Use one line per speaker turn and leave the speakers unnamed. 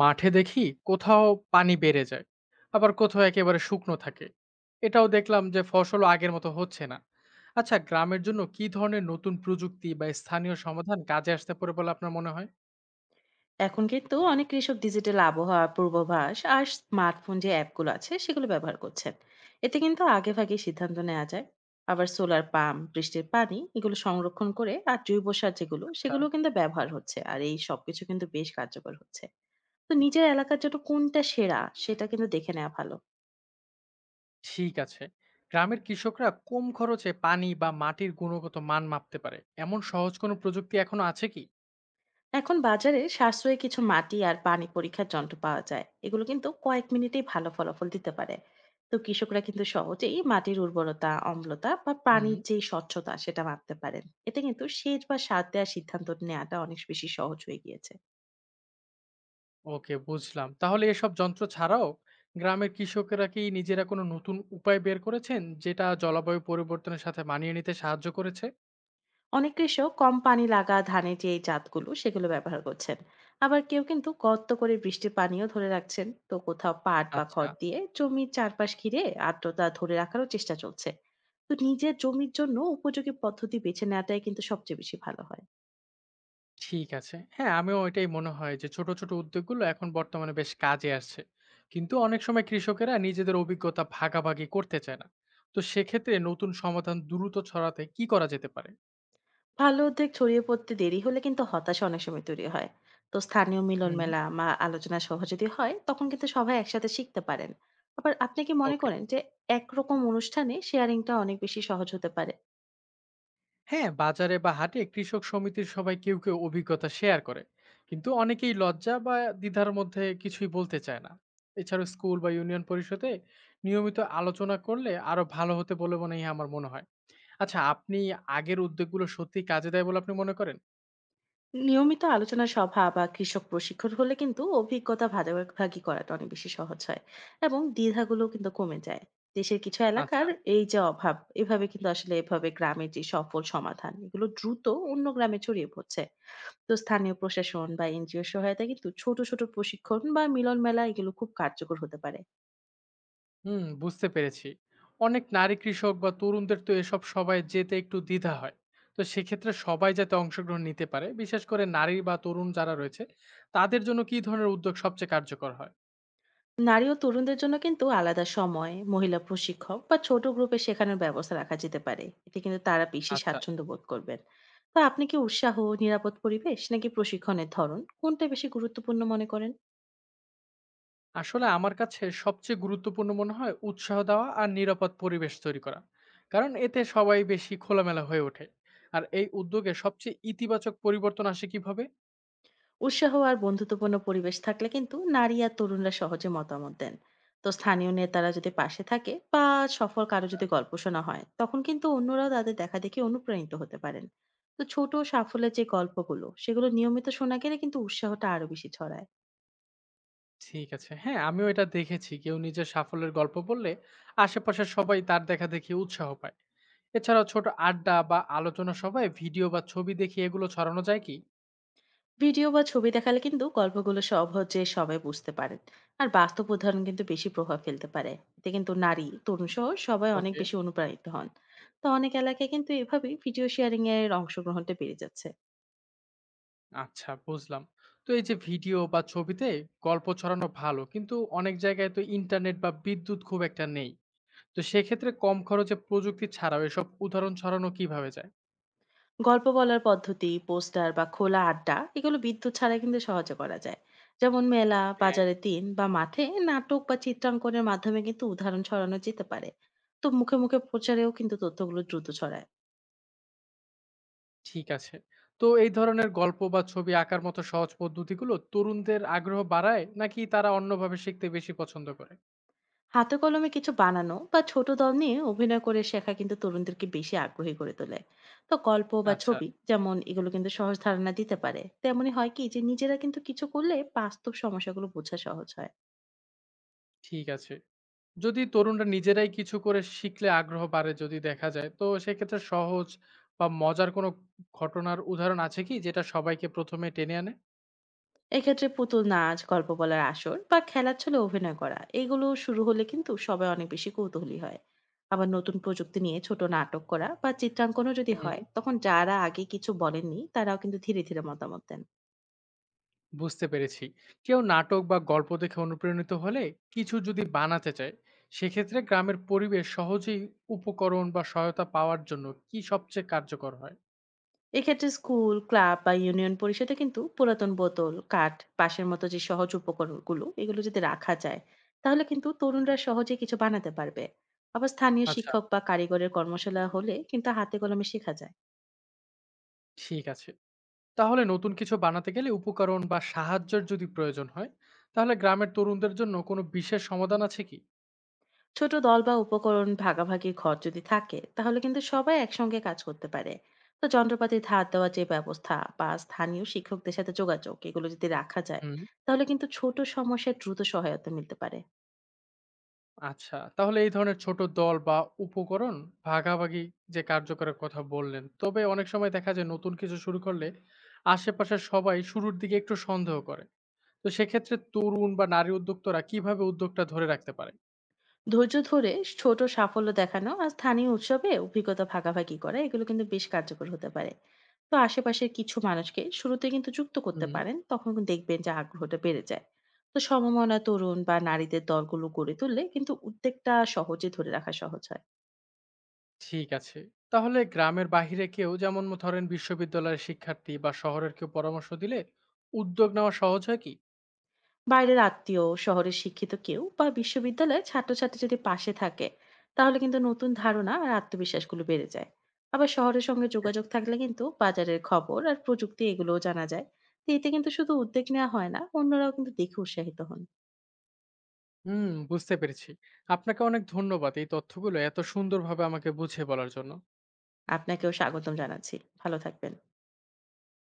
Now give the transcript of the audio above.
মাঠে দেখি কোথাও পানি বেড়ে যায়, আবার কোথাও একেবারে শুকনো থাকে। এটাও দেখলাম যে ফসল আগের মতো হচ্ছে না। আচ্ছা, গ্রামের জন্য কি ধরনের নতুন প্রযুক্তি বা স্থানীয় সমাধান কাজে আসতে পারে বলে আপনার মনে হয়?
এখন কিন্তু অনেক কৃষক ডিজিটাল আবহাওয়া পূর্বাভাস আর স্মার্টফোন যে অ্যাপগুলো আছে সেগুলো ব্যবহার করছেন। এতে কিন্তু আগে ভাগে সিদ্ধান্ত নেওয়া যায়। আবার সোলার পাম্প, বৃষ্টির পানি এগুলো সংরক্ষণ করে আর জৈব সার যেগুলো
আচ্ছা।
সেগুলো কিন্তু ব্যবহার হচ্ছে, আর এই সবকিছু কিন্তু বেশ কার্যকর হচ্ছে। তো নিজের এলাকার জন্য কোনটা সেরা সেটা কিন্তু দেখে নেওয়া ভালো।
ঠিক আছে। গ্রামের কৃষকরা কম খরচে পানি বা মাটির গুণগত মান মাপতে পারে এমন সহজ কোনো প্রযুক্তি এখনো আছে কি?
এখন বাজারে সাশ্রয়ী কিছু মাটি আর পানি পরীক্ষার যন্ত্র পাওয়া যায়, এগুলো কিন্তু কয়েক মিনিটেই ভালো ফলাফল দিতে পারে। তো কৃষকরা কিন্তু সহজেই মাটির উর্বরতা, অম্লতা বা
হুম।
পানির যে স্বচ্ছতা সেটা মাপতে পারেন, এতে কিন্তু সেচ বা সার দেওয়ার সিদ্ধান্ত নেওয়াটা অনেক বেশি সহজ হয়ে গিয়েছে।
ওকে, বুঝলাম। তাহলে এসব যন্ত্র ছাড়াও গ্রামের কৃষকেরা কি নিজেরা কোনো নতুন উপায় বের করেছেন যেটা জলবায়ু পরিবর্তনের সাথে মানিয়ে নিতে সাহায্য করেছে?
অনেক কৃষক কম পানি লাগা ধানের যে এই জাতগুলো সেগুলো ব্যবহার করছেন। আবার কেউ কিন্তু গর্ত করে বৃষ্টির পানিও ধরে রাখছেন, তো কোথাও পাট বা
আচ্ছা।
খড় দিয়ে জমির চারপাশ ঘিরে আর্দ্রতা ধরে রাখারও চেষ্টা চলছে। তো নিজের জমির জন্য উপযোগী পদ্ধতি বেছে নেওয়াটাই কিন্তু সবচেয়ে বেশি ভালো হয়।
ঠিক আছে। হ্যাঁ, আমিও এটাই মনে হয় যে ছোট ছোট উদ্যোগগুলো এখন বর্তমানে বেশ কাজে আসছে। কিন্তু অনেক সময় কৃষকেরা নিজেদের অভিজ্ঞতা ভাগাভাগি করতে চায় না। তো সেক্ষেত্রে নতুন সমাধান দ্রুত ছড়াতে কি করা যেতে পারে?
ভালো উদ্যোগ ছড়িয়ে পড়তে দেরি হলে কিন্তু হতাশা অনেক সময় তৈরি হয়। তো স্থানীয় মিলন
হুম।
মেলা বা আলোচনা সভা যদি হয় তখন কিন্তু সবাই একসাথে শিখতে পারেন। আবার আপনি কি মনে
ওকে।
করেন যে একরকম অনুষ্ঠানে শেয়ারিংটা অনেক বেশি সহজ হতে পারে?
হ্যাঁ, বাজারে বা হাটে কৃষক সমিতির সবাই, কেউ কেউ অভিজ্ঞতা শেয়ার করে, কিন্তু অনেকেই লজ্জা বা দ্বিধার মধ্যে কিছুই বলতে চায় না। এছাড়া স্কুল বা ইউনিয়ন পরিষদে নিয়মিত আলোচনা করলে আরো ভালো হতে বলে মনে হয়। আচ্ছা, আপনি আগের উদ্যোগগুলো সত্যি কাজে দেয় বলে আপনি মনে করেন?
নিয়মিত আলোচনা সভা বা কৃষক প্রশিক্ষণ হলে কিন্তু অভিজ্ঞতা ভাগাভাগি করাটা অনেক বেশি সহজ হয় এবং দ্বিধাগুলো কিন্তু কমে যায়। দেশের কিছু
আচ্ছা।
এলাকার এই যে অভাব, এভাবে কিন্তু আসলে এভাবে গ্রামের যে সফল সমাধান এগুলো দ্রুত অন্য গ্রামে ছড়িয়ে পড়ছে। তো স্থানীয় প্রশাসন বা এনজিও সহায়তা, কিন্তু ছোট ছোট প্রশিক্ষণ বা মিলন মেলা এগুলো খুব কার্যকর হতে পারে।
হুম, বুঝতে পেরেছি। অনেক নারী কৃষক বা তরুণদের তো এসব সবাই যেতে একটু দ্বিধা হয়। তো সেক্ষেত্রে সবাই যাতে অংশগ্রহণ নিতে পারে, বিশেষ করে নারী বা তরুণ যারা রয়েছে, তাদের জন্য কি ধরনের উদ্যোগ সবচেয়ে কার্যকর হয়?
নারী ও তরুণদের জন্য কিন্তু আলাদা সময়, মহিলা প্রশিক্ষক বা ছোট গ্রুপে শেখানোর ব্যবস্থা রাখা যেতে পারে, এতে কিন্তু তারা বেশি
আচ্ছা।
স্বাচ্ছন্দ্য বোধ করবেন। তো আপনি কি উৎসাহ, নিরাপদ পরিবেশ নাকি প্রশিক্ষণের ধরন কোনটা বেশি গুরুত্বপূর্ণ মনে করেন?
আসলে আমার কাছে সবচেয়ে গুরুত্বপূর্ণ মনে হয় উৎসাহ দেওয়া আর নিরাপদ পরিবেশ তৈরি করা। কারণ এতে সবাই বেশি খোলামেলা হয়ে ওঠে। আর এই উদ্যোগে সবচেয়ে ইতিবাচক পরিবর্তন আসে কিভাবে?
উৎসাহ আর বন্ধুত্বপূর্ণ পরিবেশ থাকলে কিন্তু নারী আর তরুণরা সহজে মতামত দেন। তো স্থানীয় নেতারা যদি পাশে থাকে বা সফল কারো
আচ্ছা।
যদি গল্প শোনা হয় তখন কিন্তু অন্যরাও তাদের দেখা দেখে অনুপ্রাণিত হতে পারেন। তো ছোট সাফল্যের যে গল্পগুলো সেগুলো নিয়মিত শোনা গেলে কিন্তু উৎসাহটা আরো বেশি ছড়ায়।
ঠিক আছে। হ্যাঁ, আমিও এটা দেখেছি। কেউ নিজের সাফল্যের গল্প বললে আশেপাশের সবাই তার দেখাদেখি উৎসাহ পায়। এছাড়াও ছোট আড্ডা বা আলোচনা সভায় ভিডিও বা ছবি দেখিয়ে এগুলো ছড়ানো যায় কি?
ভিডিও বা ছবি দেখালে কিন্তু গল্পগুলো সহজে সবাই বুঝতে পারেন, আর বাস্তব উদাহরণ কিন্তু বেশি প্রভাব ফেলতে পারে। এতে কিন্তু নারী, তরুণ সহ সবাই অনেক
ওকে।
বেশি অনুপ্রাণিত হন। তো অনেক এলাকায় কিন্তু এভাবেই ভিডিও শেয়ারিং এর অংশগ্রহণটা বেড়ে যাচ্ছে।
আচ্ছা, বুঝলাম। তো এই যে ভিডিও বা ছবিতে গল্প ছড়ানো ভালো, কিন্তু অনেক জায়গায় তো ইন্টারনেট বা বিদ্যুৎ খুব একটা নেই। তো সেক্ষেত্রে কম খরচে প্রযুক্তি ছাড়াও এসব উদাহরণ ছড়ানো কিভাবে যায়?
গল্প বলার পদ্ধতি, পোস্টার বা খোলা আড্ডা এগুলো বিদ্যুৎ ছাড়া কিন্তু সহজে করা যায়। যেমন মেলা,
হ্যাঁ।
বাজারে দিন বা মাঠে নাটক বা চিত্রাঙ্কনের মাধ্যমে কিন্তু উদাহরণ ছড়ানো যেতে পারে। তো মুখে মুখে প্রচারেও কিন্তু তথ্যগুলো দ্রুত ছড়ায়।
ঠিক আছে। তো এই ধরনের গল্প বা ছবি আঁকার মতো সহজ পদ্ধতিগুলো তরুণদের আগ্রহ বাড়ায় নাকি তারা অন্যভাবে শিখতে বেশি পছন্দ করে?
হাতে কলমে কিছু বানানো বা ছোট দল নিয়ে অভিনয় করে শেখা কিন্তু তরুণদেরকে বেশি আগ্রহী করে তোলে। তো গল্প বা
আচ্ছা।
ছবি যেমন এগুলো কিন্তু সহজ ধারণা দিতে পারে, তেমনি হয় কি যে নিজেরা কিন্তু কিছু করলে বাস্তব সমস্যাগুলো বোঝা সহজ হয়।
ঠিক আছে। যদি তরুণরা নিজেরাই কিছু করে শিখলে আগ্রহ বাড়ে যদি দেখা যায়, তো সেক্ষেত্রে সহজ বা মজার কোনো ঘটনার উদাহরণ আছে কি, যেটা সবাইকে ১ম এ টেনে আনে?
এক্ষেত্রে পুতুল নাচ, গল্প বলার আসর বা খেলার ছলে অভিনয় করা এগুলো শুরু হলে কিন্তু সবাই অনেক বেশি কৌতূহলী হয়। আবার নতুন প্রযুক্তি নিয়ে ছোট নাটক করা বা চিত্রাঙ্কনও যদি
হুম।
হয় তখন যারা আগে কিছু বলেননি তারাও কিন্তু ধীরে ধীরে মতামত দেন।
বুঝতে পেরেছি। কেউ নাটক বা গল্প দেখে অনুপ্রাণিত হলে কিছু যদি বানাতে চায়, সেক্ষেত্রে গ্রামের পরিবেশ সহজেই উপকরণ বা সহায়তা পাওয়ার জন্য কি সবচেয়ে কার্যকর হয়?
এক্ষেত্রে স্কুল, ক্লাব বা ইউনিয়ন পরিষদে কিন্তু পুরাতন বোতল, কাঠ, বাঁশের মতো যে সহজ উপকরণগুলো এগুলো যদি রাখা যায়, তাহলে কিন্তু তরুণরা সহজে কিছু বানাতে পারবে। আবার স্থানীয়
আচ্ছা,
শিক্ষক বা কারিগরের কর্মশালা হলে কিন্তু হাতে কলমে শেখা যায়।
ঠিক আছে। তাহলে নতুন কিছু বানাতে গেলে উপকরণ বা সাহায্যের যদি প্রয়োজন হয়, তাহলে গ্রামের তরুণদের জন্য কোনো বিশেষ সমাধান আছে কি?
ছোট দল বা উপকরণ ভাগাভাগি ঘর যদি থাকে তাহলে কিন্তু সবাই একসঙ্গে কাজ করতে পারে। তো যন্ত্রপাতি ধার দেওয়া যে ব্যবস্থা বা স্থানীয় শিক্ষকদের সাথে যোগাযোগ এগুলো যদি রাখা যায়,
হুম।
তাহলে কিন্তু ছোট সমস্যায় দ্রুত সহায়তা মিলতে পারে।
আচ্ছা, তাহলে এই ধরনের ছোট দল বা উপকরণ ভাগাভাগি যে কার্যকরের কথা বললেন, তবে অনেক সময় দেখা যায় নতুন কিছু শুরু করলে আশেপাশের সবাই শুরুর দিকে একটু সন্দেহ করে। তো সেক্ষেত্রে তরুণ বা নারী উদ্যোক্তারা কিভাবে উদ্যোগটা ধরে রাখতে পারে?
ধৈর্য ধরে ছোট সাফল্য দেখানো আর স্থানীয় উৎসবে অভিজ্ঞতা ভাগাভাগি করা এগুলো কিন্তু বেশ কার্যকর হতে পারে। তো আশেপাশের কিছু মানুষকে শুরুতে কিন্তু যুক্ত করতে
হুম।
পারেন, তখন কিন্তু দেখবেন যে আগ্রহটা বেড়ে যায়। তো সমমনা তরুণ বা নারীদের দলগুলো গড়ে তুললে কিন্তু উদ্যোগটা সহজে ধরে রাখা সহজ হয়।
ঠিক আছে। তাহলে গ্রামের বাহিরে কেউ, যেমন ধরেন বিশ্ববিদ্যালয়ের শিক্ষার্থী বা শহরের কেউ পরামর্শ দিলে উদ্যোগ নেওয়া সহজ হয় কি?
বাইরের আত্মীয়, শহরের শিক্ষিত কেউ বা বিশ্ববিদ্যালয়ের ছাত্রছাত্রী যদি পাশে থাকে, তাহলে কিন্তু নতুন ধারণা আর আত্মবিশ্বাসগুলো বেড়ে যায়। আবার শহরের সঙ্গে যোগাযোগ থাকলে কিন্তু বাজারের খবর আর প্রযুক্তি এগুলোও জানা যায়। তো এতে কিন্তু শুধু উদ্যোগ নেওয়া হয় না, অন্যরাও কিন্তু দেখে উৎসাহিত হন।
হুম, বুঝতে পেরেছি। আপনাকে অনেক ধন্যবাদ এই তথ্যগুলো এত সুন্দরভাবে আমাকে বুঝিয়ে বলার জন্য।
আপনাকেও স্বাগতম জানাচ্ছি। ভালো থাকবেন।